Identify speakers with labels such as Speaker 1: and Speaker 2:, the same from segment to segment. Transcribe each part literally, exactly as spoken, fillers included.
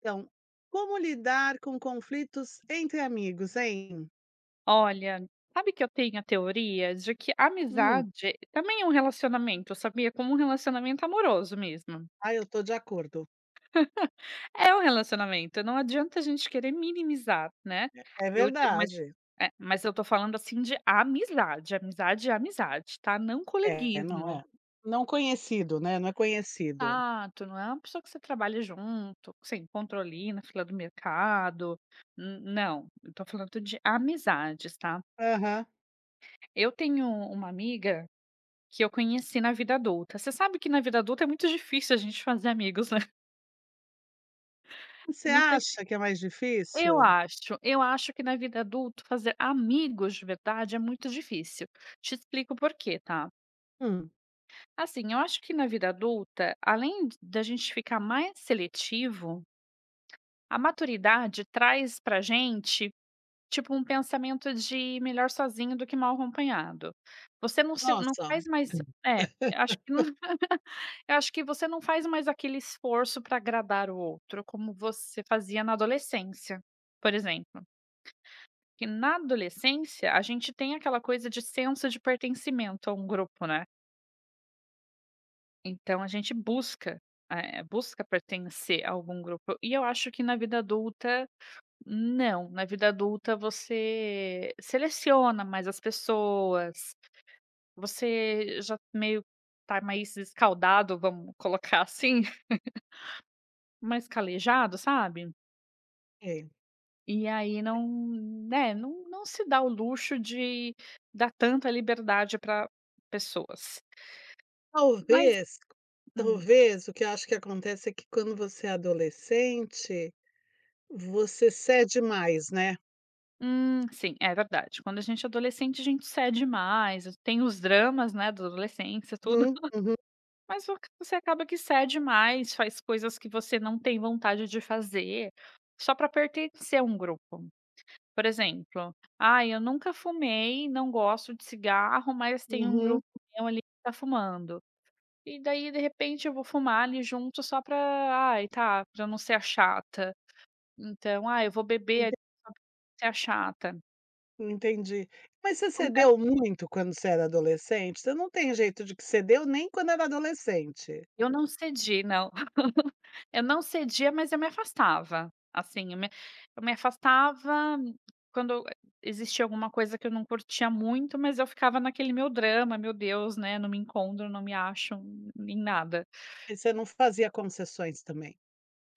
Speaker 1: Então, como lidar com conflitos entre amigos, hein?
Speaker 2: Olha, sabe que eu tenho a teoria de que a
Speaker 1: Hum,
Speaker 2: amizade também é um relacionamento, sabia? Como um relacionamento amoroso mesmo.
Speaker 1: ah, eu tô de acordo.
Speaker 2: É um relacionamento, não adianta a gente querer minimizar, né?
Speaker 1: É
Speaker 2: Eu, mas,
Speaker 1: verdade.
Speaker 2: é, mas eu tô falando assim de amizade, amizade é amizade, tá? Não
Speaker 1: É, não
Speaker 2: coleguismo.
Speaker 1: é. Não conhecido, né, não é conhecido.
Speaker 2: Exato, não é uma pessoa que você trabalha junto, que você encontrou ali na fila do mercado. N- Não, eu tô falando de amizades, tá?
Speaker 1: Aham.
Speaker 2: Eu tenho uma amiga que eu conheci na vida adulta. Você sabe que na vida adulta é muito difícil a gente fazer amigos, né.
Speaker 1: Você
Speaker 2: Não sei,
Speaker 1: acha que é mais
Speaker 2: eu
Speaker 1: difícil?
Speaker 2: acho, eu acho que na vida adulta fazer amigos de verdade é muito difícil. Te explico por quê, tá.
Speaker 1: Hum,
Speaker 2: Assim, eu acho que na vida adulta, além da gente ficar mais seletivo, a maturidade traz pra gente tipo um pensamento de melhor sozinho do que mal acompanhado. Você não se não
Speaker 1: nossa.
Speaker 2: faz mais é, acho que não eu acho que você não faz mais aquele esforço para agradar o outro como você fazia na adolescência, por exemplo. Que na adolescência a gente tem aquela coisa de senso de pertencimento a um grupo, né. Então a gente busca, eh, busca pertencer a algum grupo. E eu acho que na vida adulta Não, na vida adulta você seleciona mais as pessoas, você já meio tá mais escaldado, vamos colocar assim, mais calejado, sabe.
Speaker 1: É.
Speaker 2: E aí não, né, não não se dá o luxo de dar tanta liberdade para pessoas. Mas
Speaker 1: Talvez,
Speaker 2: hum,
Speaker 1: talvez o que eu acho que acontece é que quando você é adolescente, você cede mais, né.
Speaker 2: hum, sim, é verdade. Quando a gente é adolescente, a gente cede mais, tem os dramas, né, da adolescência, tudo.
Speaker 1: Uhum, uhum,
Speaker 2: Mas vo você acaba que cede mais, faz coisas que você não tem vontade de fazer, só para pertencer a um grupo. Por exemplo: "Ah, eu nunca fumei, não gosto de cigarro, mas tem um grupo meu ali que tá fumando". E daí, de repente, eu vou fumar ali junto só pra "Ai, tá", pra eu não ser a chata. Então: "Ah, eu vou beber
Speaker 1: uhum.
Speaker 2: ali só pra eu não ser a chata".
Speaker 1: Entendi. Mas você cedeu muito quando você era adolescente? Você não tem jeito de que cedeu nem quando era adolescente.
Speaker 2: Eu não cedi, não. Eu não cedia, mas eu me afastava, assim, eu me eu me afastava quando existia alguma coisa que eu não curtia muito, mas eu ficava naquele meu drama: "Meu Deus, né, não me encontro, não me acho em nada".
Speaker 1: E você não fazia concessões também?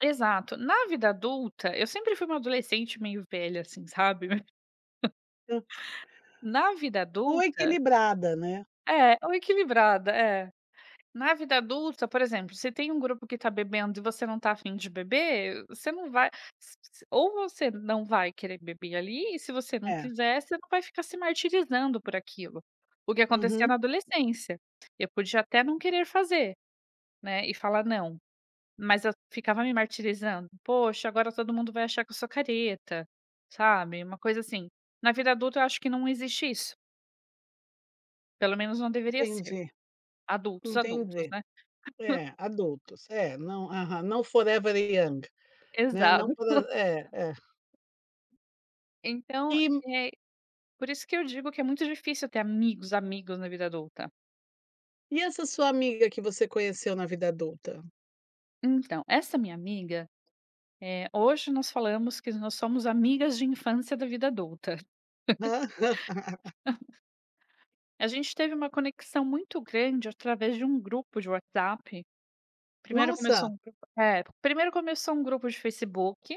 Speaker 2: Exato. Na vida adulta, eu sempre fui uma adolescente meio velha, assim, sabe.
Speaker 1: Hã.
Speaker 2: Na vida
Speaker 1: Ou
Speaker 2: adulta
Speaker 1: equilibrada, né.
Speaker 2: é, ou equilibrada, é. Na vida adulta, por exemplo, se tem um grupo que está bebendo e você não está afim de beber, você não vai s s ou você não vai querer beber ali, e se você não
Speaker 1: É.
Speaker 2: quiser, você não vai ficar se martirizando por aquilo. O que acontecia
Speaker 1: Uhum.
Speaker 2: na adolescência. Eu podia até não querer fazer, né, e falar não, mas eu ficava me martirizando. "Poxa, agora todo mundo vai achar que eu sou careta", sabe, uma coisa assim. Na vida adulta eu acho que não existe isso, pelo menos não deveria ser.
Speaker 1: Entendi,
Speaker 2: Adultos, adultos,
Speaker 1: entendi.
Speaker 2: né.
Speaker 1: É, adultos. É, não aham, não forever young, né, não
Speaker 2: Exato.
Speaker 1: por é, é.
Speaker 2: Então,
Speaker 1: E
Speaker 2: eh, por isso que eu digo que é muito difícil ter amigos, amigos na vida adulta.
Speaker 1: e essa sua amiga que você conheceu na vida adulta?
Speaker 2: Então, essa minha amiga, eh, hoje nós falamos que nós somos amigas de infância da vida adulta.
Speaker 1: Hã?
Speaker 2: A gente teve uma conexão muito grande através de um grupo de WhatsApp. Primeiro
Speaker 1: Nossa,
Speaker 2: começou um grupo é, primeiro começou um grupo de Facebook,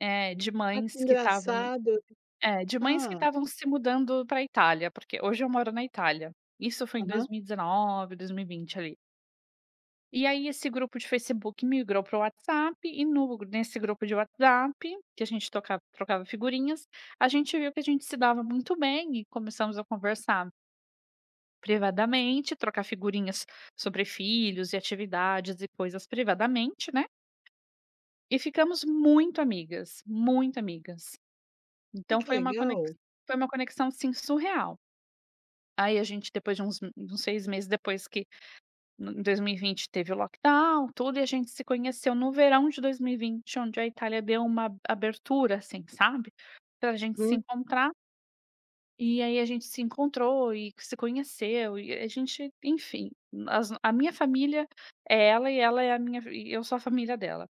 Speaker 2: eh, de
Speaker 1: ah, que
Speaker 2: mães que estavam
Speaker 1: engraçado.
Speaker 2: é, de mães que
Speaker 1: Hã.
Speaker 2: estavam se mudando para a Itália, porque hoje eu moro na Itália. Isso foi em
Speaker 1: Aham.
Speaker 2: dois mil e dezenove, dois mil e vinte ali. E aí esse grupo de Facebook migrou para o WhatsApp e no nesse grupo de WhatsApp, que a gente toca trocava figurinhas, a gente viu que a gente se dava muito bem e começamos a conversar privadamente, trocar figurinhas sobre filhos e atividades e coisas privadamente, né, e ficamos muito amigas, muito amigas.
Speaker 1: Ai,
Speaker 2: Então
Speaker 1: que
Speaker 2: foi uma conexão,
Speaker 1: legal.
Speaker 2: foi uma conexão, assim, surreal. Aí a gente depois de uns uns seis meses depois que em dois mil e vinte teve o lockdown, tudo, e a gente se conheceu no verão de dois mil e vinte, onde a Itália deu uma abertura, assim, sabe, pra gente se
Speaker 1: Hum.
Speaker 2: encontrar, e aí a gente se encontrou e se conheceu, e a gente, enfim, as a minha família é ela e ela é a minha e eu sou a família dela,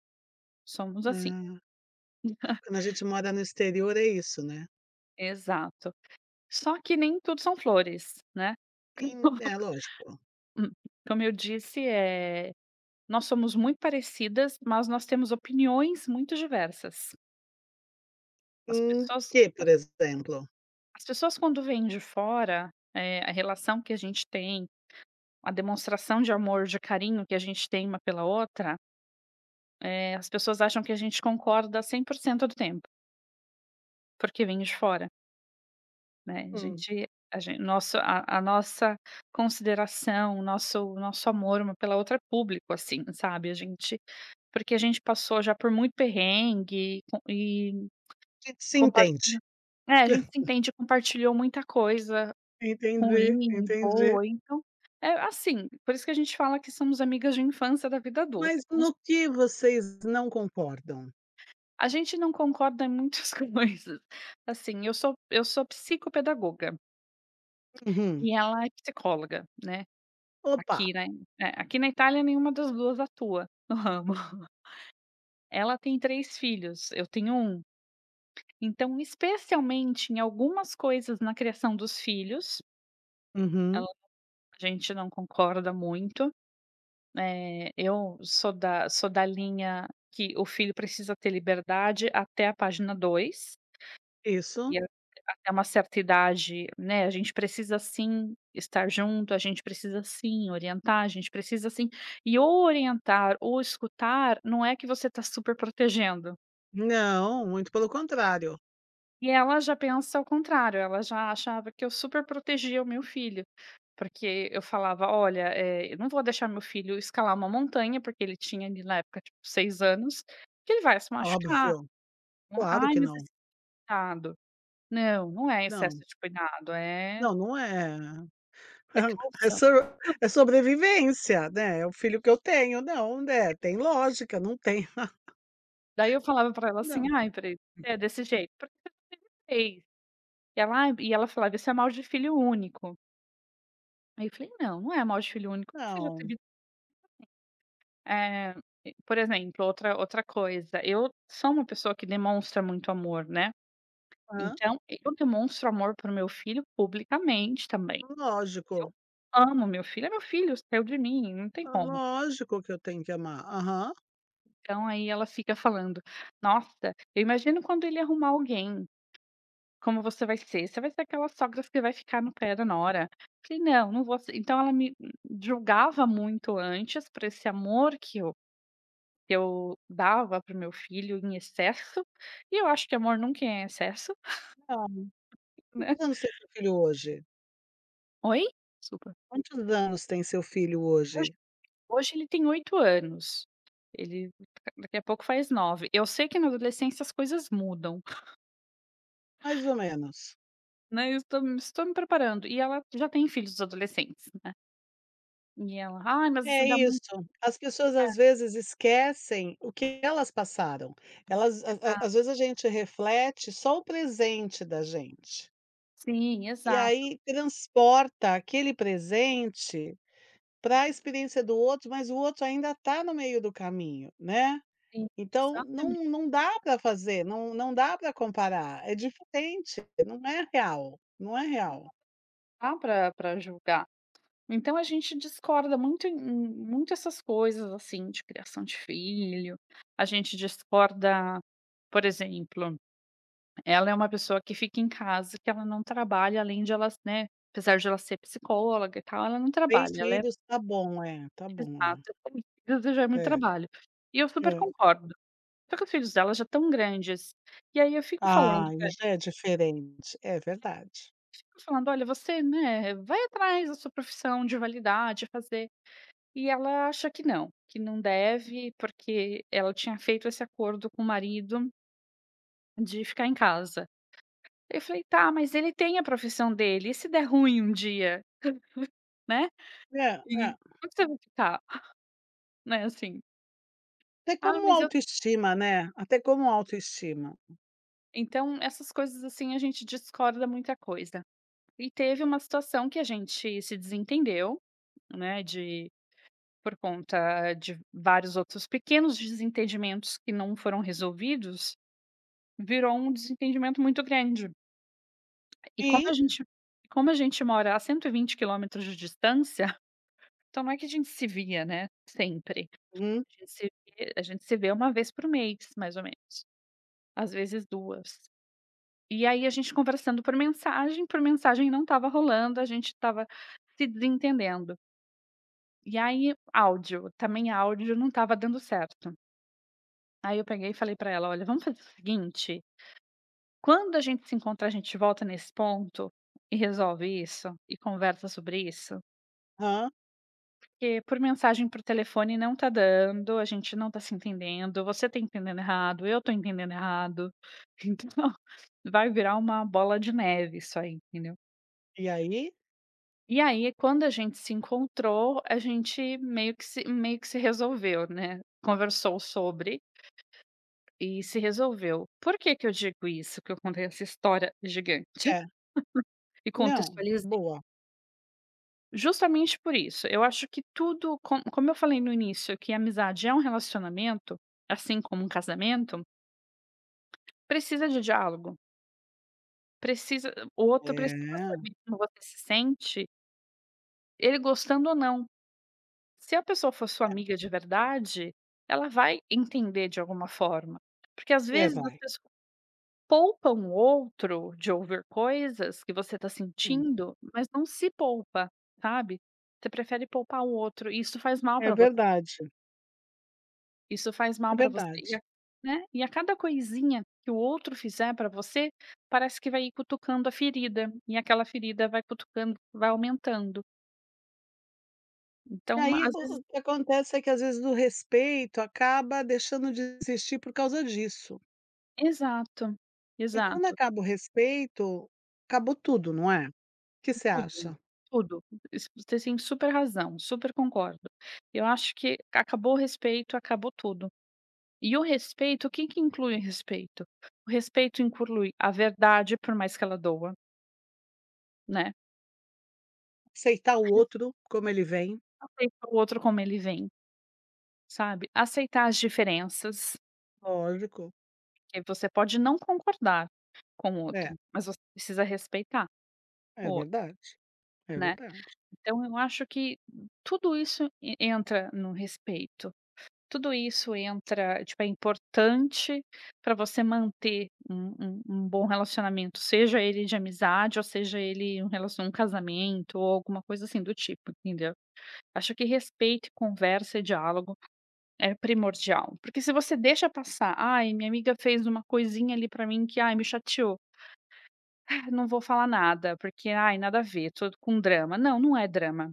Speaker 2: somos assim.
Speaker 1: Ah. Quando a gente mora no exterior é isso, né.
Speaker 2: Exato. Só que nem tudo são flores, né.
Speaker 1: Em é lógico.
Speaker 2: Hum, como eu disse, eh, nós somos muito parecidas, mas nós temos opiniões muito diversas. As
Speaker 1: Em
Speaker 2: pessoas
Speaker 1: que, por exemplo?
Speaker 2: as pessoas quando vêm de fora, eh, a relação que a gente tem, a demonstração de amor, de carinho que a gente tem uma pela outra, eh, as pessoas acham que a gente concorda cem por cento do tempo, porque vem de fora, né. A
Speaker 1: Hum,
Speaker 2: gente a gente nosso a a nossa consideração, o nosso o nosso amor uma pela outra é público, assim, sabe. A gente, porque a gente passou já por muito perrengue e, com e
Speaker 1: a gente se entende.
Speaker 2: compartilhou é, a gente se entende, compartilhou muita coisa
Speaker 1: Entendi,
Speaker 2: ruim e
Speaker 1: entendi.
Speaker 2: boa, então é assim, por isso que a gente fala que somos amigas de infância da vida adulta, é
Speaker 1: Mas
Speaker 2: como se
Speaker 1: no que vocês não concordam?
Speaker 2: a gente não concorda em muitas coisas, assim, eu sou eu sou psicopedagoga
Speaker 1: Uhum.
Speaker 2: e ela é psicóloga, né,
Speaker 1: "Opa!",
Speaker 2: aqui né aqui na Itália nenhuma das duas atua no ramo. Ela tem três filhos, eu tenho um. Então, especialmente em algumas coisas na criação dos filhos,
Speaker 1: "Uhum",
Speaker 2: ela a gente não concorda muito. Eh, eu sou da sou da linha que o filho precisa ter liberdade até a página dois
Speaker 1: "Isso",
Speaker 2: e a até uma certa idade, né, a gente precisa sim estar junto, a gente precisa sim orientar, a gente precisa sim, e o orientar ou escutar não é que você está super protegendo.
Speaker 1: "Não", muito pelo contrário.
Speaker 2: E ela já pensa ao contrário, ela já achava que eu super protegia o meu filho, porque eu falava: "Olha, eh, eu não vou deixar meu filho escalar uma montanha", porque ele tinha ali na época, tipo, seis anos, "que ele vai se machucar.
Speaker 1: Óbvio,
Speaker 2: Não é,
Speaker 1: claro
Speaker 2: ai,
Speaker 1: que
Speaker 2: mas
Speaker 1: não.
Speaker 2: esse cuidado". Não, não é excesso
Speaker 1: Não,
Speaker 2: de cuidado, é
Speaker 1: não, não é.
Speaker 2: é
Speaker 1: É
Speaker 2: caução.
Speaker 1: so é sobrevivência, né, é o filho que eu tenho. Não, né, tem lógica, não tem.
Speaker 2: Daí eu falava pra ela assim:
Speaker 1: Não.
Speaker 2: "Ai, Pri, é desse jeito, porque fez". E ela: "Ai", e ela falava: "Isso é mal de filho único". Aí eu falei: "Não, não é mal de filho único, você já
Speaker 1: Não.
Speaker 2: teve Eh, e por exemplo, outra outra coisa, eu sou uma pessoa que demonstra muito amor, né,
Speaker 1: Hã?
Speaker 2: então eu demonstro amor para o meu filho publicamente também.
Speaker 1: Lógico,
Speaker 2: Eu amo meu filho, é meu filho, saiu de mim, não tem como.
Speaker 1: lógico que eu tenho que amar. Aham.
Speaker 2: Então aí ela fica falando: "Nossa, eu imagino quando ele arrumar alguém, como você vai ser? Você vai ser aquela sogra que vai ficar no pé da nora". Falei: "Não, não vou ser". Então ela me julgava muito antes por esse amor que eu que eu dava para o meu filho em excesso, e eu acho que amor nunca é em excesso,
Speaker 1: Não.
Speaker 2: né.
Speaker 1: Quantos anos tem seu filho hoje?
Speaker 2: Oi? Desculpa.
Speaker 1: Quantos anos tem seu filho
Speaker 2: Hoje
Speaker 1: hoje?
Speaker 2: hoje ele tem oito anos, ele daqui a pouco faz nove. Eu sei que na adolescência as coisas mudam,
Speaker 1: Mais ou menos.
Speaker 2: né, eu estou me estou me preparando, e ela já tem filhos adolescentes. E ela: "Ai, mas
Speaker 1: É
Speaker 2: você dá muito".
Speaker 1: isso. As pessoas às vezes esquecem o que elas passaram. Elas a a às vezes a gente reflete só o presente da gente,
Speaker 2: Sim,
Speaker 1: e
Speaker 2: exato,
Speaker 1: aí transporta aquele presente para a experiência do outro, mas o outro ainda está no meio do caminho, né.
Speaker 2: sim,
Speaker 1: Então
Speaker 2: exatamente,
Speaker 1: não não dá para fazer, não não dá para comparar, é diferente, não é real, não é
Speaker 2: não
Speaker 1: real.
Speaker 2: dá pra pra julgar. Então a gente discorda muito em em muito essas coisas, assim, de criação de filho, a gente discorda, por exemplo, ela é uma pessoa que fica em casa, que ela não trabalha, além de ela, né, apesar de ela ser psicóloga e tal, ela não
Speaker 1: Três
Speaker 2: trabalha, ela é,
Speaker 1: filhos, tá bom, é, tá bom, é.
Speaker 2: exato, com filhos já é muito
Speaker 1: É,
Speaker 2: trabalho. E eu super
Speaker 1: é.
Speaker 2: concordo, só que os filhos dela já estão grandes, e aí eu fico falando
Speaker 1: Ai,
Speaker 2: pra,
Speaker 1: já é diferente, é verdade.
Speaker 2: fico falando: "Olha, você, né, vai atrás da sua profissão de validade, fazer". E ela acha que não, que não deve, porque ela tinha feito esse acordo com o marido de ficar em casa. Eu falei: "Tá, mas ele tem a profissão dele, e se der ruim um dia, né?
Speaker 1: É, é.
Speaker 2: E como que você vai ficar?", né, assim.
Speaker 1: Até
Speaker 2: "Ah,
Speaker 1: como
Speaker 2: mas eu",
Speaker 1: autoestima, né, até como autoestima.
Speaker 2: então essas coisas, assim, a gente discorda muita coisa. E teve uma situação que a gente se desentendeu, né, de por conta de vários outros pequenos desentendimentos que não foram resolvidos, virou um desentendimento muito grande. E como
Speaker 1: E
Speaker 2: a gente como a gente mora a cento e vinte quilômetros de distância, então não é que a gente se via, né, sempre.
Speaker 1: hum,
Speaker 2: A gente se vê a gente se vê uma vez por mês, mais ou menos, às vezes duas. E aí a gente conversando por mensagem, por mensagem não estava rolando, a gente estava se desentendendo. E aí áudio, também áudio não estava dando certo. Aí eu peguei e falei para ela: "Olha, vamos fazer o seguinte, quando a gente se encontrar, a gente volta nesse ponto e resolve isso e conversa sobre isso?"
Speaker 1: hã?
Speaker 2: Porque por mensagem, por telefone não tá dando, a gente não tá se entendendo, você tá entendendo errado, eu tô entendendo errado, então vai virar uma bola de neve isso aí, entendeu.
Speaker 1: E aí?
Speaker 2: E aí quando a gente se encontrou, a gente meio que se meio que se resolveu, né, conversou sobre e se resolveu. Por que que eu digo isso, que eu contei essa história gigante
Speaker 1: É.
Speaker 2: e
Speaker 1: Não, boa.
Speaker 2: justamente por isso, eu acho que tudo co como eu falei no início que a amizade é um relacionamento, assim como um casamento, precisa de diálogo, precisa, o outro precisa
Speaker 1: É.
Speaker 2: saber como você se sente, ele gostando ou não. Se a pessoa for sua amiga de verdade, ela vai entender de alguma forma. Porque às
Speaker 1: É,
Speaker 2: vezes as
Speaker 1: vai.
Speaker 2: pessoas poupam o outro de ouvir coisas que você está
Speaker 1: Hum.
Speaker 2: sentindo, mas não se poupa, sabe. Você prefere poupar o outro e isso faz mal
Speaker 1: É
Speaker 2: para,
Speaker 1: verdade.
Speaker 2: isso faz
Speaker 1: É
Speaker 2: mal para você
Speaker 1: verdade.
Speaker 2: e a, né, e a cada coisinha que o outro fizer para você, parece que vai ir cutucando a ferida, e aquela ferida vai cutucando, vai aumentando.
Speaker 1: E
Speaker 2: Então uma
Speaker 1: aí
Speaker 2: às
Speaker 1: o
Speaker 2: vezes
Speaker 1: o que acontece é que às vezes o respeito acaba deixando de existir por causa disso.
Speaker 2: exato,
Speaker 1: E quando
Speaker 2: exato,
Speaker 1: acaba o respeito, acabou tudo, não é? O que você
Speaker 2: tudo,
Speaker 1: acha?
Speaker 2: tudo. Isso você tem super razão, super concordo. Eu acho que acabou o respeito, acabou tudo. E o respeito, o que que inclui o respeito? O respeito inclui a verdade, por mais que ela doa, né,
Speaker 1: Aceitar o
Speaker 2: res
Speaker 1: outro como ele vem,
Speaker 2: aceitar o outro como ele vem. Sabe, aceitar as diferenças,
Speaker 1: lógico.
Speaker 2: que você pode não concordar com o
Speaker 1: É,
Speaker 2: outro, mas você precisa respeitar o
Speaker 1: é
Speaker 2: outro,
Speaker 1: verdade, é
Speaker 2: né.
Speaker 1: verdade.
Speaker 2: Então eu acho que tudo isso e entra no respeito, tudo isso entra, tipo, é importante para você manter um um um bom relacionamento, seja ele de amizade ou seja ele um relacion um casamento ou alguma coisa assim do tipo, entendeu. Acho que respeito, conversa e diálogo é primordial, porque se você deixa passar: "Ai, minha amiga fez uma coisinha ali pra mim que, ai, me chateou. Ah, não vou falar nada, porque, ai, nada a ver, tô com drama". Não, não é drama,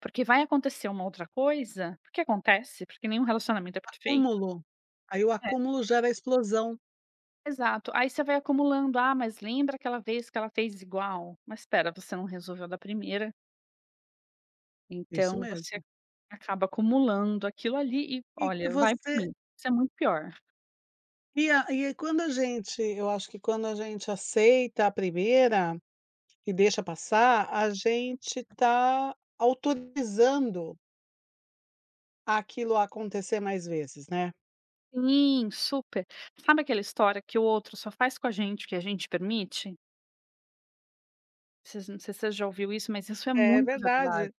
Speaker 2: porque vai acontecer uma outra coisa, porque acontece, porque nenhum relacionamento é perfeito.
Speaker 1: Acúmulo, aí o
Speaker 2: É,
Speaker 1: acúmulo gera a explosão,
Speaker 2: exato. Aí você vai acumulando: "Ah, mas lembra aquela vez que ela fez igual?". Mas espera, você não resolveu da primeira,
Speaker 1: isso
Speaker 2: então você
Speaker 1: mesmo.
Speaker 2: acaba acumulando aquilo ali e,
Speaker 1: E que
Speaker 2: olha, vai por
Speaker 1: você
Speaker 2: mim, isso é muito pior.
Speaker 1: e a e quando a gente eu acho que quando a gente aceita a primeira e deixa passar, a gente está autorizando aquilo a acontecer mais vezes, né.
Speaker 2: Sim, super. Sabe aquela história que o outro só faz com a gente o que a gente permite? Vocês, não sei se você já ouviu isso, mas isso é
Speaker 1: É
Speaker 2: muito verdade.
Speaker 1: verdade,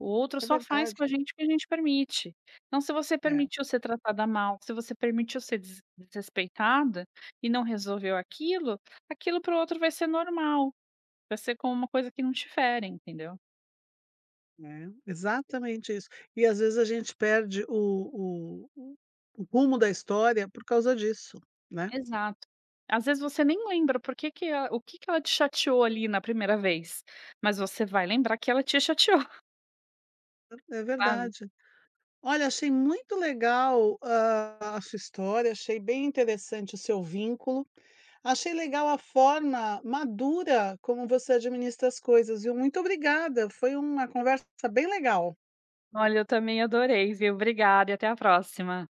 Speaker 2: O outro
Speaker 1: é
Speaker 2: só faz
Speaker 1: verdade.
Speaker 2: com a gente o que a gente permite. Então, se você
Speaker 1: É,
Speaker 2: permitiu ser tratada mal, se você permitiu ser des desrespeitada e não resolveu aquilo, aquilo para o outro vai ser normal, vai ser como uma coisa que não te fere, entendeu?
Speaker 1: é, exatamente isso. E às vezes a gente perde o o o rumo da história por causa disso, né.
Speaker 2: Exato. Às vezes você nem lembra por que que ela o que que ela te chateou ali na primeira vez, mas você vai lembrar que ela te chateou,
Speaker 1: É
Speaker 2: sabe?
Speaker 1: verdade. Olha, achei muito legal, hã, a sua história, achei bem interessante o seu vínculo. Achei legal a forma madura como você administra as coisas, viu. Muito obrigada, foi uma conversa bem legal.
Speaker 2: Olha, eu também adorei, viu. Obrigada e até a próxima.